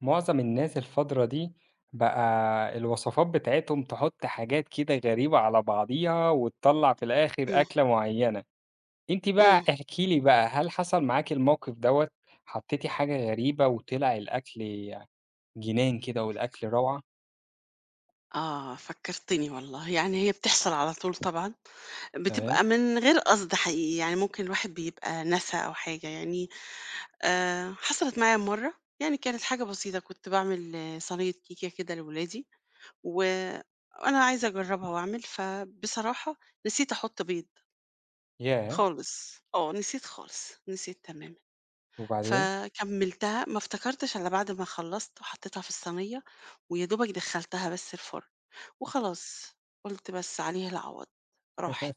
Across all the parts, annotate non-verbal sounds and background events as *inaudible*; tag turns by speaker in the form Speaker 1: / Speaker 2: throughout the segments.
Speaker 1: معظم الناس الفترة دي بقى الوصفات بتاعتهم تحط حاجات كده غريبة على بعضيها وتطلّع في الآخر
Speaker 2: إمم،
Speaker 1: أكلة معيّنة، أنتِ بقى
Speaker 2: إمم.
Speaker 1: احكي لي بقى هل حصل معاكِ الموقف دوّة، حطيتِ حاجة غريبة وطلع الأكل جنان كده والأكل روعة؟
Speaker 2: آه، فكّرتني والله، يعني هي بتحصل على طول طبعًا،
Speaker 1: تمام،
Speaker 2: بتبقى من غير قصد حقيقي، يعني ممكن الواحد بيبقى نسى أو حاجة يعني. حصلت معايا مرّة، يعني كانت حاجة بسيطة، كنت باعمل صينية كيكة كده لولادي، و وأنا عايزة أجرّبها وأعمل، فبصراحة نسيت أحُط بيض
Speaker 1: ياه!
Speaker 2: خالص. آه، نسيت خالص، نسيت تمامًا،
Speaker 1: وبعدين
Speaker 2: فكمّلتها ما افتكرتش إلا بعد ما خلّصت وحطيتها في الصينية، ويا دوبك دخّلتها بس الفرن. وخلاص، قُلت بس عليها العوض، راحت.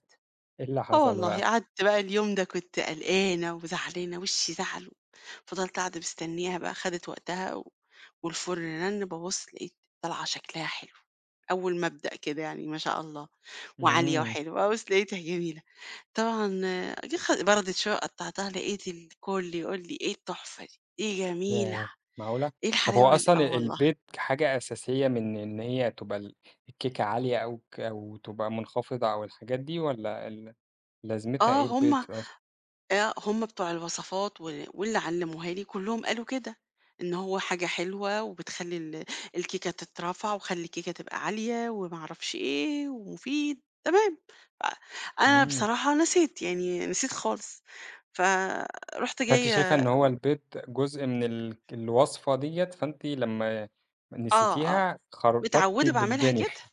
Speaker 1: إيه اللي
Speaker 2: آه
Speaker 1: حصل
Speaker 2: والله،
Speaker 1: بقى؟
Speaker 2: قعدت بقى اليوم ده كنت قلقانة وزعلانة، وشّي زعل، فضلت قاعدة مستنياها بقى، خدت وقتها والفرن رن، بابُص لقيت طالعة شكلها حلو، أول ما أبدأ كده يعني ما شاء الله، وعالية
Speaker 1: إمم،
Speaker 2: وحلوة، بابُص لقيتها جميلة. طبعًا آه، جه خ بردت شوية قطّعتها، لقيت الكل يقول لي: "إيه التحفة دي، دي جميلة،
Speaker 1: ياه! معقولة!
Speaker 2: إيه
Speaker 1: طب هو
Speaker 2: الحلاوة دي؟"
Speaker 1: أصلًا
Speaker 2: آه والله.
Speaker 1: البيض حاجة أساسية من إن هي تبقى الكيكة عالية أو تبقى منخفضة أو الحاجات دي والّا لازمتها
Speaker 2: آه،
Speaker 1: إيه البيض
Speaker 2: هم
Speaker 1: أصلًا؟
Speaker 2: آه، هم بتوع الوصفات وال واللي علموها لي كلّهم قالوا كده، إن هو حاجة حلوة وبتخلّي الكيكة تترفع وخلّي الكيكة تبقى عالية وما أعرفش إيه ومفيد، تمام. ف أنا
Speaker 1: إمم.
Speaker 2: بصراحة نسيت، يعني نسيت خالص، فرُحت
Speaker 1: فأنتِ شايفة
Speaker 2: جاية.
Speaker 1: إن هو البيض جزء من الوصفة ديّة، فأنتِ لمّا
Speaker 2: آه، آه،
Speaker 1: نسيتيها خربطتِ
Speaker 2: متعوّدة باعملها
Speaker 1: بالدنيا.
Speaker 2: كده.
Speaker 1: *laughs*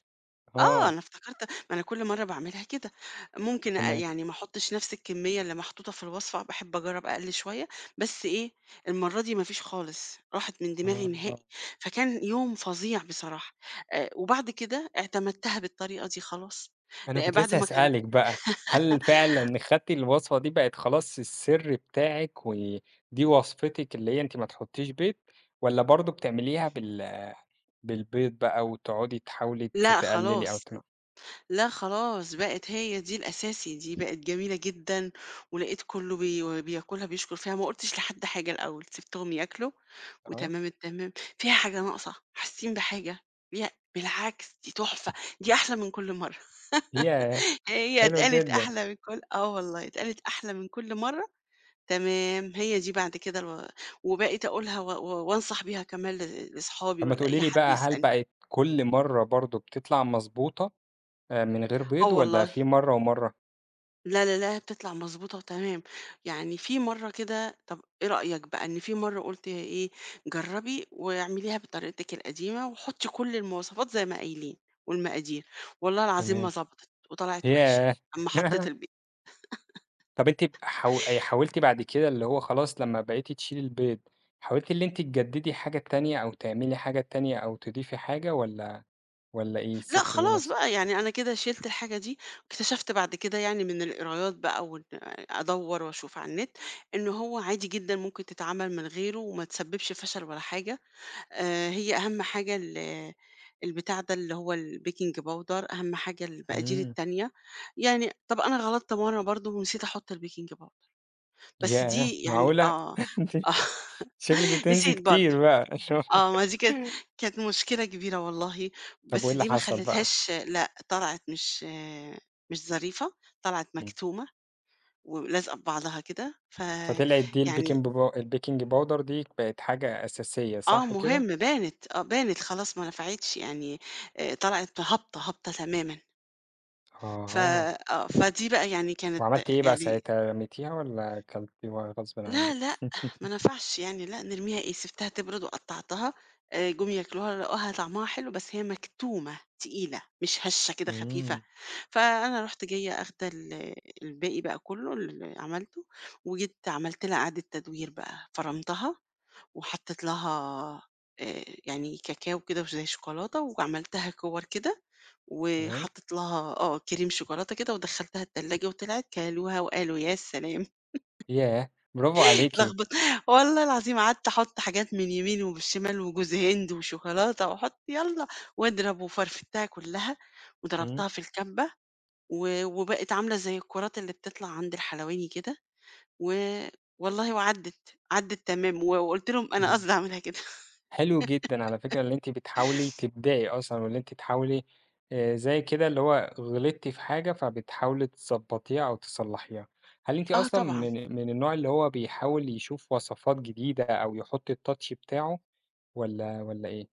Speaker 2: آه،
Speaker 1: آه،
Speaker 2: أنا افتكرت ما أنا كل مرّة باعملها كده، ممكن
Speaker 1: تمام.
Speaker 2: يعني ما أحطّش نفس الكمية اللي محطوطة في الوصفة، باحب أجرّب أقل شوية، بس إيه، المرّة دي ما فيش خالص، راحت من دماغي
Speaker 1: آه،
Speaker 2: نهائي، فكان يوم فظيع بصراحة. وبعد كده اعتمدتها بالطريقة دي خلاص.
Speaker 1: أنا
Speaker 2: لأ
Speaker 1: كنت
Speaker 2: بعد
Speaker 1: لسه
Speaker 2: ما كل
Speaker 1: هاسألِك بقى، هل فعلًا خدتِ الوصفة دي بقت خلاص السر بتاعِك، ودي وصفتِك اللي هي أنتِ ما تحطيش بيض، والّا برضه بتعمليها بالبيض بقى وتقعدي تحاولي ت
Speaker 2: لأ
Speaker 1: تقللي أو
Speaker 2: خلاص. لأ خلاص، بقت هي دي الأساسي، دي بقت جميلة جدًا، ولقيت كُلّه بياكلها بيشكر فيها، ما قُلتش لحد حاجة الأول، سِبتهم ياكلوا
Speaker 1: آه،
Speaker 2: وتمام التمام. فيها حاجة ناقصة، حاسين بحاجة؟ لأ، بالعكس دي تحفة، دي أحلى من كل مرّة.
Speaker 1: ياه!
Speaker 2: *laughs* هي
Speaker 1: حلو
Speaker 2: اتقالت
Speaker 1: جدًا.
Speaker 2: أحلى من كل آه والله، اتقالت أحلى من كل مرّة، تمام، هي دي بعد كده وبقيت أقولها و و وأنصح بيها كمان ل لأصحابي
Speaker 1: طب ما
Speaker 2: والّا
Speaker 1: تقولي
Speaker 2: أي
Speaker 1: لي
Speaker 2: حد
Speaker 1: بقى هل
Speaker 2: يسألني.
Speaker 1: بقت كل مرّة برضه بتطلع مضبوطة من غير
Speaker 2: آه
Speaker 1: بيض والّا
Speaker 2: والله.
Speaker 1: في مرّة ومرّة؟
Speaker 2: لا، لا، لا، بتطلع مضبوطة وتمام. يعني في مرّة كده طب إيه رأيك بقى إن في مرّة قُلت يا إيه، جرّبي واعمليها بطريقتِك القديمة وحُطّي كل المواصفات زي ما قايلين والمقادير، والله العظيم ما
Speaker 1: تمام.
Speaker 2: ضبطت وطلعت وِحشة
Speaker 1: ياه!
Speaker 2: أمّا حطّيت
Speaker 1: *laughs*
Speaker 2: البيض.
Speaker 1: طب أنتِ ب حاو حاولتِ بعد كده اللي هو خلاص لمّا بقيتِ تشيلي البيض، حاولتِ اللي أنتِ تجددي حاجة تانية أو تعملي حاجة تانية أو تضيفي حاجة والّا إيه،
Speaker 2: لأ
Speaker 1: سِبتيه
Speaker 2: خلاص
Speaker 1: نفس.
Speaker 2: بقى، يعني أنا كده شِلت الحاجة دي، اكتشفت بعد كده يعني من القرايات بقى وإن أدوّر وأشوف على النت، إن هو عادي جدًا ممكن تتعمل من غيره وما تسبّبش فشل ولا حاجة. هي أهم حاجة البتاع ده اللي هو الbaking powder، أهم حاجة المقادير
Speaker 1: إمم.
Speaker 2: التانية. يعني طَب أنا غلطت مرّة برضه ونسيت أحُط الbaking powder، بس
Speaker 1: ياه!
Speaker 2: دي يعني
Speaker 1: معقولة!
Speaker 2: آه،
Speaker 1: *laughs* أنتِ
Speaker 2: آه *laughs*
Speaker 1: شكلِك بتنسي
Speaker 2: نسيت برضه.
Speaker 1: كتير بقى.
Speaker 2: آه
Speaker 1: *laughs*
Speaker 2: ما دي كانت مشكلة كبيرة والله،
Speaker 1: طب وإيه
Speaker 2: بس
Speaker 1: اللي
Speaker 2: دي ما
Speaker 1: حصل بقى؟
Speaker 2: خلّتهاش لأ، طلعت مش آه، مش ظريفة، طلعت مكتومة ولازقة في بعضها كده،
Speaker 1: فطلعت دي
Speaker 2: فيعني
Speaker 1: البيكنج باودر دي بقت حاجة أساسية
Speaker 2: آه
Speaker 1: صح
Speaker 2: مهم،
Speaker 1: كده؟
Speaker 2: بانت، آه بانت خلاص ما نفعتش يعني. طلعت هابطة، هابطة تمامًا. ف
Speaker 1: أها،
Speaker 2: آه، فدي بقى يعني كانت
Speaker 1: وعملتِ إيه بقى
Speaker 2: يعني
Speaker 1: ساعتها، رميتيها والّا كلتِ غصبٍ
Speaker 2: لا،
Speaker 1: عنِّك؟
Speaker 2: لأ،
Speaker 1: *laughs*
Speaker 2: ما نفعش يعني لأ، نرميها إيه، سِبتها تبرد وقطّعتها. جُم ياكلوها لقوها طعمها حلو، بس هي مكتومة، تقيلة، مش هشة كده خفيفة.
Speaker 1: إمم،
Speaker 2: فأنا رُحت جاية آخدة الباقي بقى كُلّه اللي عملته، وجيت عملت لها إعادة تدوير بقى، فرمتها وحطيت لها يعني كاكاو كده وزي شوكولاتة وعملتها كِوَّر كده،
Speaker 1: تمام،
Speaker 2: وحطيت لها آه، كريم شوكولاتة كده ودخّلتها التلاجة وطلعت كلوها وقالوا يا سلام.
Speaker 1: ياه! برافو
Speaker 2: *laughs*
Speaker 1: عليكِ،
Speaker 2: لخبط والله العظيم قعدت أحط حاجات من يمين وبالشمال وجوز هند وشوكولاتة وأحط يالّا واضرب وفرفتها كلّها،
Speaker 1: إمم،
Speaker 2: وضربتها في الكَبّة و وبقت عاملة زي الكرات اللي بتطلع عند الحلواني كده، و والله وعدِّت، عدِّت تمام و وقُلت لهم أنا
Speaker 1: إمم،
Speaker 2: قصدي أعملها كده. *laughs*
Speaker 1: حلو جدًا على فكرة اللي أنتِ بتحاولي تبدعي أصلًا، واللي أنتِ تحاولي زي كده اللي هو غلطتِ في حاجة فبتحاولي تضبطيها أو تصلحيها، هل أنتِ
Speaker 2: آه
Speaker 1: أصلًا
Speaker 2: طبعًا.
Speaker 1: من النوع اللي هو بيحاول يشوف وصفات جديدة أو يحط الtouch بتاعه والّا إيه؟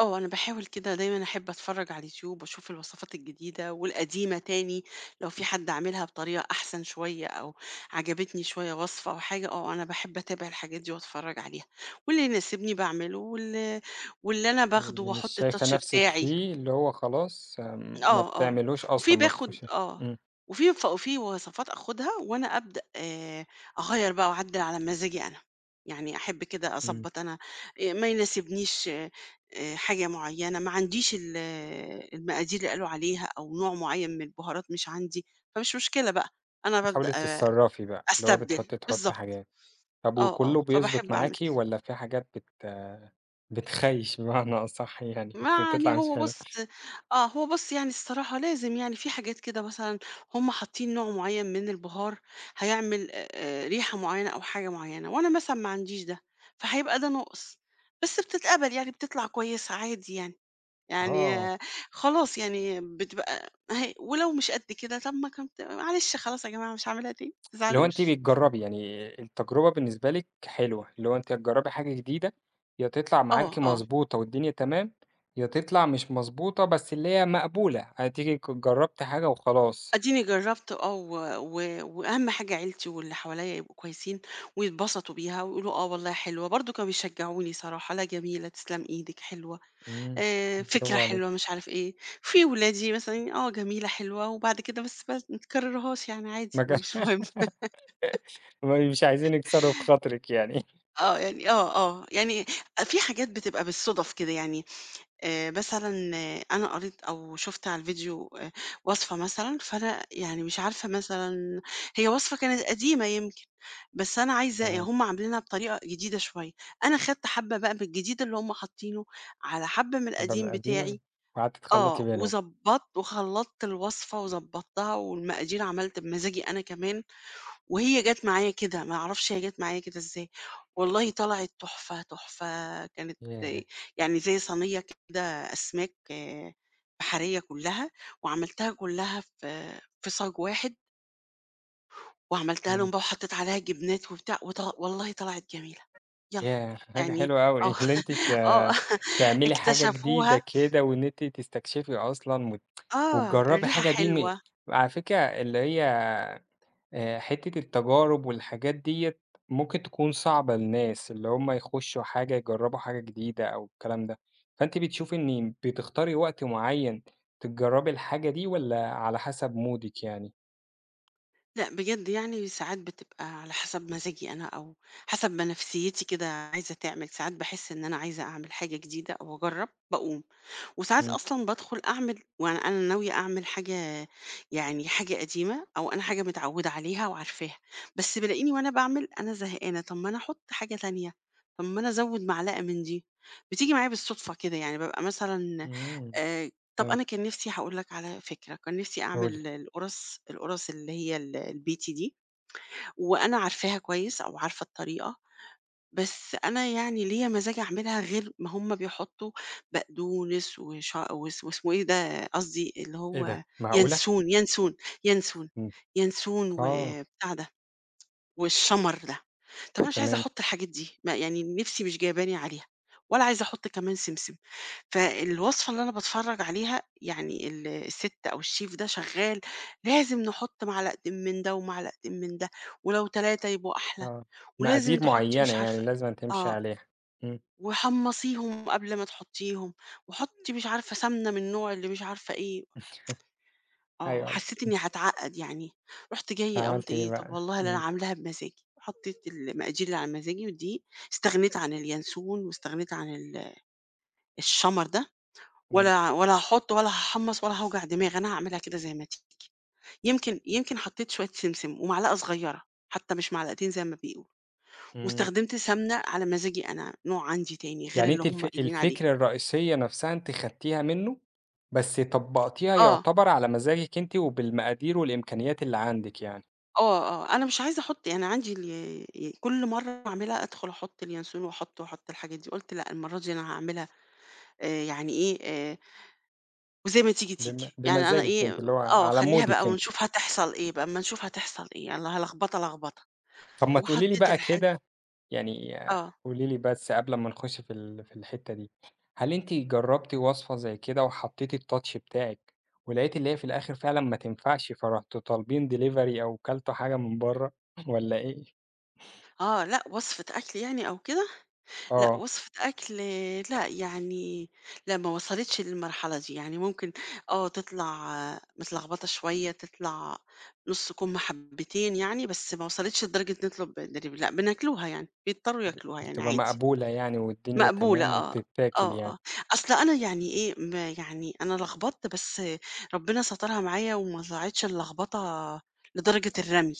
Speaker 2: آه، أنا باحاول كده دايمًا أحب أتفرّج على اليوتيوب وأشوف الوصفات الجديدة والقديمة تاني، لو في حد عاملها بطريقة أحسن شوية أو عجبتني شوية وصفة أو حاجة، آه، أنا باحب أتابع الحاجات دي وأتفرّج عليها، واللي يناسبني باعمله، وال واللي أنا باخده
Speaker 1: واللي مش
Speaker 2: وأحط
Speaker 1: شايفة
Speaker 2: الtouch
Speaker 1: نَفْسِك
Speaker 2: بتاعي.
Speaker 1: فيه، اللي هو خلاص ما
Speaker 2: آه، آه،
Speaker 1: بتعملوش
Speaker 2: وفي
Speaker 1: أصلًا، ما
Speaker 2: باخد
Speaker 1: بتخشيش.
Speaker 2: آه،
Speaker 1: إمم،
Speaker 2: وفي وصفات آخدها وأنا أبدأ، أغيّر بقى وأعدّل على مزاجي أنا، يعني أحب كده
Speaker 1: إمم.
Speaker 2: أضبّط أنا. ما يناسبنيش حاجة معيّنة، ما عنديش ال آه، المقادير اللي قالوا عليها أو نوع معيّن من البهارات مش عندي، فمش مشكلة بقى، أنا
Speaker 1: بتحاولي
Speaker 2: بابدأ
Speaker 1: تتصرّفي بقى، اللي هو
Speaker 2: أستبدل،
Speaker 1: بتحطّي
Speaker 2: بالضبط،
Speaker 1: حاجات. طَب
Speaker 2: آه، آه،
Speaker 1: وكُلّه بيضبط
Speaker 2: فباحب أعمل
Speaker 1: معاكِ
Speaker 2: كده.
Speaker 1: والّا في حاجات بتخيّش *laughs* بمعنى أصح يعني بت
Speaker 2: يعني
Speaker 1: بتطلع مش
Speaker 2: هو
Speaker 1: حلوة؟
Speaker 2: بُص آه، هو بُص يعني الصراحة لازم يعني في حاجات كده مثلًا هم حاطين نوع معيّن من البهار هيعمل ريحة معيّنة أو حاجة معيّنة، وأنا مثلًا ما عنديش ده، فهيبقى ده ناقص، بس بتتقبل يعني بتطلع كويسة عادي يعني، يعني
Speaker 1: آه،
Speaker 2: آه، خلاص يعني بتبقى أهي ولو مش قد كده طَب ما كنت معلش خلاص يا جماعة مش هاعملها تاني، ما
Speaker 1: اللي هو أنتِ
Speaker 2: تزعلوش.
Speaker 1: بتجرّبي، يعني التجربة بالنسبة لِك حلوة، اللي هو أنتِ هتجرّبي حاجة جديدة، يا تطلع
Speaker 2: آه،
Speaker 1: معاكِ
Speaker 2: آه.
Speaker 1: مضبوطة والدنيا تمام، يا تطلع مش مضبوطة بس اللي هي مقبولة، هتيجي جرّبتِ حاجة وخلاص.
Speaker 2: أديني جرّبت آه، و و وأهم حاجة عيلتي واللي حواليّا يبقوا كويسين ويتبسطوا بيها ويقولوا آه والله حلوة، برضه كانوا بيشجعوني صراحة، لا جميلة، تسلم إيدك، حلوة،
Speaker 1: إمم،
Speaker 2: فكرة
Speaker 1: برافو عليكِ.
Speaker 2: حلوة، مش عارف إيه. في ولادي مثلًا آه جميلة، حلوة، وبعد كده بس بقى ما تكررهاش يعني
Speaker 1: ما
Speaker 2: عادي،
Speaker 1: كان
Speaker 2: مش مهم.
Speaker 1: *laughs* ما مش عايزين يكسروا بخاطرِك يعني.
Speaker 2: آه، يعني آه، آه، يعني في حاجات بتبقى بالصُدف كده يعني. مثلًا آه، أنا قريت أو شُفت على الفيديو وصفة مثلًا، فأنا يعني مش عارفة مثلًا هي وصفة كانت قديمة يمكن، بس أنا عايزة يعني
Speaker 1: تمام،
Speaker 2: هُم عاملينها بطريقة جديدة شوية، أنا خدت حبّة بقى من الجديد اللي هُم حاطينه، على حبّة من
Speaker 1: حبة من
Speaker 2: القديم
Speaker 1: القديمة
Speaker 2: بتاعي،
Speaker 1: وقعدتِ تخلّطي
Speaker 2: آه،
Speaker 1: بينهم،
Speaker 2: وضبّطت وخلّطت الوصفة وضبّطتها والمقادير عملت بمزاجي أنا كمان، وهي جات معايا كده، ما أعرفش هي جات معايا كده إزاي، والله طلعت تحفة، تحفة كانت
Speaker 1: ياه!
Speaker 2: يعني زي صينية كده أسماك آه، بحرية كلّها، وعملتها كلّها في صاج واحد، وعملتها لهم
Speaker 1: إمم،
Speaker 2: بقى وحطيت عليها جبنات وبتاع والله طلعت جميلة، يالّا
Speaker 1: ياه! حاجة
Speaker 2: يعني
Speaker 1: حلوة أوي.
Speaker 2: آه،
Speaker 1: *laughs* اللي أنتِ ت
Speaker 2: *laughs* آه *laughs*
Speaker 1: تعملي حاجة جديدة
Speaker 2: اكتشفوها.
Speaker 1: كده وإن أنتِ تستكشفي أصلًا وت
Speaker 2: آه،
Speaker 1: وتجرّبي
Speaker 2: الريحة
Speaker 1: حاجة دي
Speaker 2: حلوة.
Speaker 1: على فكرة اللي هي حتّة التجارب والحاجات ديّة ممكن تكون صعبة للناس، اللي هم يخشّوا حاجة، يجرّبوا حاجة جديدة أو الكلام ده، فأنتِ بتشوفي إن بتختاري وقت معيّن تجرّبي الحاجة دي والّا على حسب مودِك يعني؟
Speaker 2: لأ بجد يعني ساعات بتبقى على حسب مزاجي أنا أو حسب ما نفسيتي كده عايزة تعمل، ساعات باحس إن أنا عايزة أعمل حاجة جديدة أو أجرّب، باقوم. وساعات
Speaker 1: إمم.
Speaker 2: أصلًا بادخل أعمل وأنا أنا ناوية أعمل حاجة، يعني حاجة قديمة أو أنا حاجة متعودة عليها وعارفاها، بس بالاقيني وأنا باعمل أنا زهقانة، طب ما أنا أحط حاجة تانية، طب ما أنا أزوّد معلقة من دي، بتيجي معايا بالصدفة كده يعني بابقى مثلًا.
Speaker 1: إمم.
Speaker 2: آآ، طب أنا
Speaker 1: فهمتِك،
Speaker 2: كان نفسي هاقول لك على فكرة، كان نفسي
Speaker 1: قولي.
Speaker 2: أعمل القُرَص اللي هي البيتي دي، وأنا عارفاها كويس أو عارفة الطريقة، بس أنا يعني ليّا مزاج أعملها غير ما هُم بيحطّوا بقدونس وش وس واسمه إيه ده، قصدي اللي
Speaker 1: إيه
Speaker 2: هو
Speaker 1: ده، معقولة!
Speaker 2: ينسون، ينسون، ينسون،
Speaker 1: إمم.
Speaker 2: ينسون
Speaker 1: آه،
Speaker 2: وبتاع ده، والشَمَر ده. طَب أنا مش عايزة
Speaker 1: تمام.
Speaker 2: أحُط الحاجات دي، ما يعني نِفْسي مش جايباني عليها، ولا عايزة أحُط كمان سمسم. فالوصفة اللي أنا باتفرّج عليها يعني الست أو الchef ده شغّال، لازم نحُط معلقتين من ده ومعلقتين من ده، ولو 3 يبقوا أحلى،
Speaker 1: آه.
Speaker 2: ولازم
Speaker 1: مقادير
Speaker 2: تحُطّي
Speaker 1: معيّنة
Speaker 2: مش
Speaker 1: يعني
Speaker 2: عارفة إيه.
Speaker 1: لازمًا تمشي
Speaker 2: آه.
Speaker 1: عليها. إمم.
Speaker 2: وحمّصيهم قبل ما تحطّيهم، وحطّي مش عارفة سمنة من نوع اللي مش عارفة إيه، آه،
Speaker 1: أيوه، أنتِ
Speaker 2: حسّيت إنّي هاتعقّد يعني، رُحت جاية قُلت
Speaker 1: عملتِ إيه
Speaker 2: إيه، طَب
Speaker 1: بقى؟
Speaker 2: والله ده أنا
Speaker 1: إمم،
Speaker 2: عاملاها بمزاجي، حطّيت المقادير اللي على مزاجي والدقيق، استغنيت عن اليانسون واستغنيت عن الشَمَر ده،
Speaker 1: إمم،
Speaker 2: ولا هاحُط ولا هاحمّص ولا هاوجع دماغي، أنا هاعملها كده زي ما تيجي. يمكن حطّيت شوية سمسم ومعلقة صغيّرة، حتّى مش معلقتين زي ما بيقولوا،
Speaker 1: إمم.
Speaker 2: واستخدمت سمنة على مزاجي أنا، نوع عندي تاني غير
Speaker 1: يعني
Speaker 2: اللي
Speaker 1: أنتِ الف
Speaker 2: هم قايلين عليه.
Speaker 1: الفكرة الرئيسية نفسها أنتِ خدتيها منه، بس طبّقتيها
Speaker 2: آه.
Speaker 1: يُعتبر على مزاجِك أنتِ وبالمقادير والإمكانيات اللي عندِك يعني،
Speaker 2: آه، آه، أنا مش عايزة أحُط يعني عندي ال ي كل مرّة أعملها أدخل أحُط اليانسون وأحُط، وأحُط الحاجات دي، قُلت لأ المرّة دي أنا هاعملها يعني إيه، وزي ما تيجي،
Speaker 1: بم
Speaker 2: تيجي، يعني أنا
Speaker 1: بمزاجِك أنتِ،
Speaker 2: إيه
Speaker 1: اللي هو
Speaker 2: آه،
Speaker 1: على
Speaker 2: خلّيها بقى
Speaker 1: مودِك أنتِ.
Speaker 2: ونشوف هتحصل إيه بقى، أمّا نشوف هتحصل إيه، يالّا هلخبطة، لخبطة،
Speaker 1: طب ما تقولي لي
Speaker 2: وحطيت
Speaker 1: بقى
Speaker 2: الحاجة.
Speaker 1: كده يعني
Speaker 2: آه،
Speaker 1: قولي لي بس قبل ما نخش في الحتّة دي، هل أنتِ جرّبتِ وصفة زي كده وحطيتِ الtouch بتاعِك، ولقيتِ اللي هي في الآخر فعلًا ما تنفعش، فرُحتوا طالبين delivery أو كلتوا حاجة من برّه *laughs* والّا إيه؟
Speaker 2: آه، لأ وصفة أكل يعني أو كده، لأ،
Speaker 1: آه.
Speaker 2: وصفة أكل لأ، يعني لأ، ما وصلتش للمرحلة دي، يعني ممكن آه، تطلع آه، متلخبطة شوية، تطلع نُص حبّتين يعني، بس ما وصلتش لدرجة نطلب delivery لأ، بناكلوها يعني، بيضطروا
Speaker 1: ب
Speaker 2: ياكلوها يعني
Speaker 1: بتبقى
Speaker 2: عادي.
Speaker 1: مقبولة يعني والدنيا
Speaker 2: مقبولة
Speaker 1: تمام
Speaker 2: آه،
Speaker 1: وبتتاكل
Speaker 2: آه،
Speaker 1: يعني،
Speaker 2: آه، أصل أنا يعني إيه، يعني أنا لخبطت بس ربنا سترها معايا وما طلعتش اللخبطة لدرجة الرمي،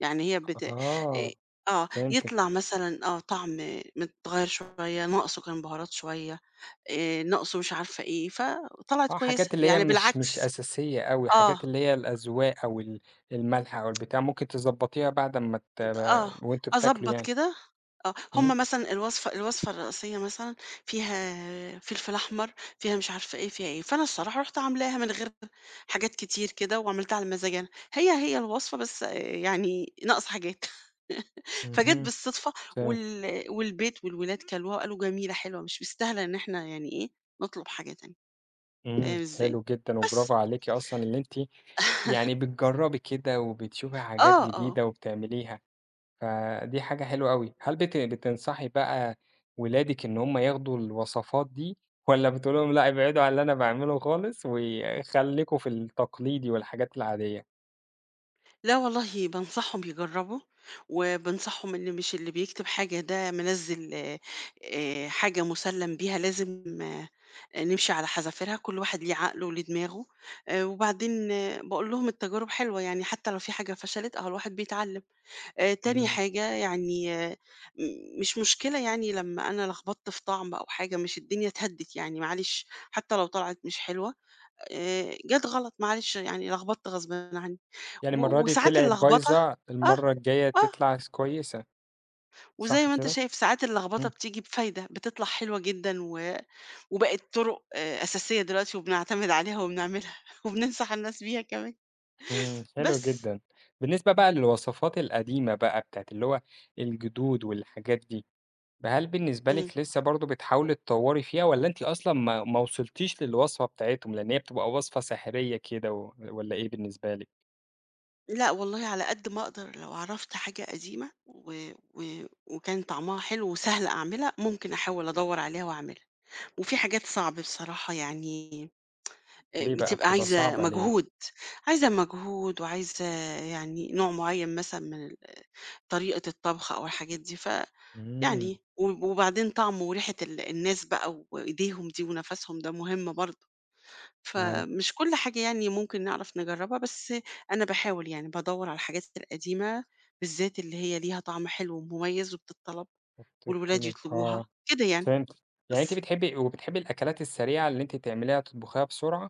Speaker 2: يعني هي بت
Speaker 1: آه،
Speaker 2: آه،
Speaker 1: فهمتِك،
Speaker 2: يطلع مثلًا آه، طعم متغيّر شوية، ناقصه كان بهارات شوية، ناقصه مش عارفة إيه، فطلعت
Speaker 1: آه،
Speaker 2: كويسة،
Speaker 1: حاجات اللي هي
Speaker 2: يعني
Speaker 1: مش
Speaker 2: بالعكس.
Speaker 1: أساسية أوي،
Speaker 2: آه.
Speaker 1: حاجات اللي هي الأذواق أو الملح أو البتاع ممكن تضبطيها بعد أمّا
Speaker 2: آه،
Speaker 1: وأنتم بتاكلوا
Speaker 2: أضبّط
Speaker 1: يعني،
Speaker 2: كده آه،
Speaker 1: إمم،
Speaker 2: هم مثلًا الوصفة الرئيسية مثلًا فيها فلفل أحمر، فيها مش عارفة إيه، فيها إيه، فأنا الصراحة رُحت عاملاها من غير حاجات كتير كده وعملتها على مزاجي أنا، هي الوصفة بس آه، يعني ناقصة حاجات. *laughs* فجات
Speaker 1: اهم،
Speaker 2: بالصدفة
Speaker 1: فهمت،
Speaker 2: وال والبيت والولاد كلوها وقالوا جميلة حلوة، مش مستاهلة إن إحنا يعني إيه، نطلب حاجة تانية،
Speaker 1: إمم،
Speaker 2: فاهم إزاي؟
Speaker 1: حلو جدًا
Speaker 2: بس.
Speaker 1: وبرافو عليكِ أصلًا اللي أنتِ
Speaker 2: *laughs*
Speaker 1: يعني بتجرّبي كده وبتشوفي حاجات
Speaker 2: آه، آه.
Speaker 1: جديدة وبتعمليها. فدي حاجة حلوة أوي. هل بتنصحي بقى ولادِك إن هُم ياخدوا الوصفات دي والّا بتقولي لهم لأ ابعدوا عن اللي أنا باعمله خالص وخلّيكم في التقليدي والحاجات العادية؟
Speaker 2: لا والله بانصحهم يجربوا، وبانصحهم إن مش اللي بيكتب حاجة ده منزّل حاجة مسلّم بيها لازم آه، نمشي على حذافيرها، كل واحد ليه عقله وليه دماغه، وبعدين باقول لهم التجارب حلوة، يعني حتى لو في حاجة فشلت أهو الواحد بيتعلم. تاني
Speaker 1: إمم.
Speaker 2: حاجة يعني آه، مش مشكلة يعني لمّا أنا لخبطت في طعم أو حاجة، مش الدنيا اتهدِّت يعني معلش، حتى لو طلعت مش حلوة، جات غلط معلش يعني لخبطت غصبٍ عني.
Speaker 1: يعني
Speaker 2: و
Speaker 1: المرّة دي
Speaker 2: وساعات
Speaker 1: طلعت
Speaker 2: اللخبطة
Speaker 1: بايظة،
Speaker 2: آه،
Speaker 1: المرّة الجاية
Speaker 2: آه،
Speaker 1: تطلع كويسة،
Speaker 2: وزي
Speaker 1: صح
Speaker 2: ما أنت
Speaker 1: كده؟
Speaker 2: شايف ساعات اللخبطة
Speaker 1: إمم.
Speaker 2: بتيجي بفايدة، بتطلع حلوة جدًا وبقت طُرُق أساسية دلوقتي وبنعتمد عليها وبنعملها *laughs* وبننصح الناس بيها كمان،
Speaker 1: إمم، حلو
Speaker 2: بس.
Speaker 1: جدًا. بالنسبة بقى للوصفات القديمة بقى بتاعة اللي هو الجدود والحاجات دي. فهل بالنسبة
Speaker 2: إمم.
Speaker 1: لِك لسه برضه بتحاولي تطوّري فيها والّا أنتِ أصلًا ما وصلتيش للوصفة بتاعتهم، لإن هي بتبقى وصفة سحرية كده والّا إيه بالنسبة لِك؟
Speaker 2: لأ والله على قد ما أقدر لو عرفت حاجة قديمة و و وكان طعمها حلو وسهل أعملها، ممكن أحاول أدوّر عليها وأعملها، وفي حاجات صعب بصراحة يعني
Speaker 1: ليه بقى
Speaker 2: بتبقى
Speaker 1: بتبقى
Speaker 2: عايزة
Speaker 1: صعبة ليه؟
Speaker 2: مجهود، عايزة مجهود وعايزة يعني نوع معيّن مثلًا من طريقة الطبخ أو الحاجات دي،
Speaker 1: إمم،
Speaker 2: فيعني و وبعدين طعمه وريحة الناس بقى وإيديهم دي ونَفَسهم ده مهم برضه،
Speaker 1: تمام.
Speaker 2: فمش كل حاجة يعني ممكن نعرف نجرّبها، بس أنا باحاول يعني بادوّر على الحاجات القديمة بالذات اللي هي ليها طعم حلو ومميز وبتتطلب والولاد
Speaker 1: حطيتني
Speaker 2: يطلبوها،
Speaker 1: آه،
Speaker 2: كده يعني،
Speaker 1: فهمتِك، يعني أنتِ
Speaker 2: بس.
Speaker 1: بتحبي الأكلات السريعة اللي أنتِ تعمليها تطبخيها بسرعة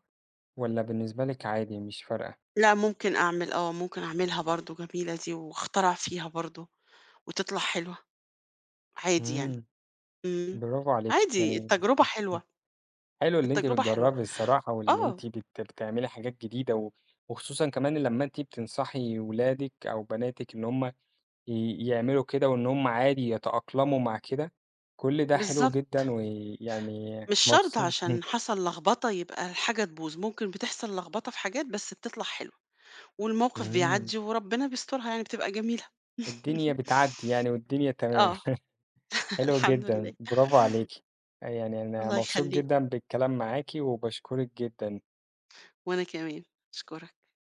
Speaker 1: والّا بالنسبة لِك عادي مش فارقة؟
Speaker 2: لأ ممكن أعمل آه، ممكن أعملها برضه جميلة دي واخترع فيها برضه وتطلع حلوة عادي يعني.
Speaker 1: إمم،
Speaker 2: إمم،
Speaker 1: برافو عليكِ،
Speaker 2: عادي
Speaker 1: يعني
Speaker 2: التجربة حلوة،
Speaker 1: *laughs* حلو اللي أنتِ
Speaker 2: التجربة حلوة،
Speaker 1: بتجرّبي الصراحة، واللي
Speaker 2: آه،
Speaker 1: أنتِ بتعملي حاجات جديدة، و وخصوصًا كمان لمّا أنتِ بتنصحي ولادِك أو بناتِك إن هُم يعملوا كده، وإن هُم عادي يتأقلموا مع كده، كل ده حلو
Speaker 2: بالضبط.
Speaker 1: جدًا، ويعني
Speaker 2: مش شرط
Speaker 1: مبسوط.
Speaker 2: عشان
Speaker 1: *laughs*
Speaker 2: حصل لخبطة يبقى الحاجة تبوظ، ممكن بتحصل لخبطة في حاجات بس بتطلع حلوة، والموقف
Speaker 1: إمم،
Speaker 2: بيعدّي وربنا بيسترها يعني بتبقى جميلة.
Speaker 1: الدنيا
Speaker 2: *laughs*
Speaker 1: بتعدّي يعني والدنيا تمام،
Speaker 2: آه،
Speaker 1: *laughs*
Speaker 2: *laughs*
Speaker 1: حلو
Speaker 2: الحمد
Speaker 1: جدًا،
Speaker 2: لله.
Speaker 1: برافو عليكِ، يعني أنا
Speaker 2: الله
Speaker 1: مبسوط
Speaker 2: يخلّيك،
Speaker 1: جدًا بالكلام معاكِ، وباشكرِك جدًا.
Speaker 2: وأنا كمان، أشكرك.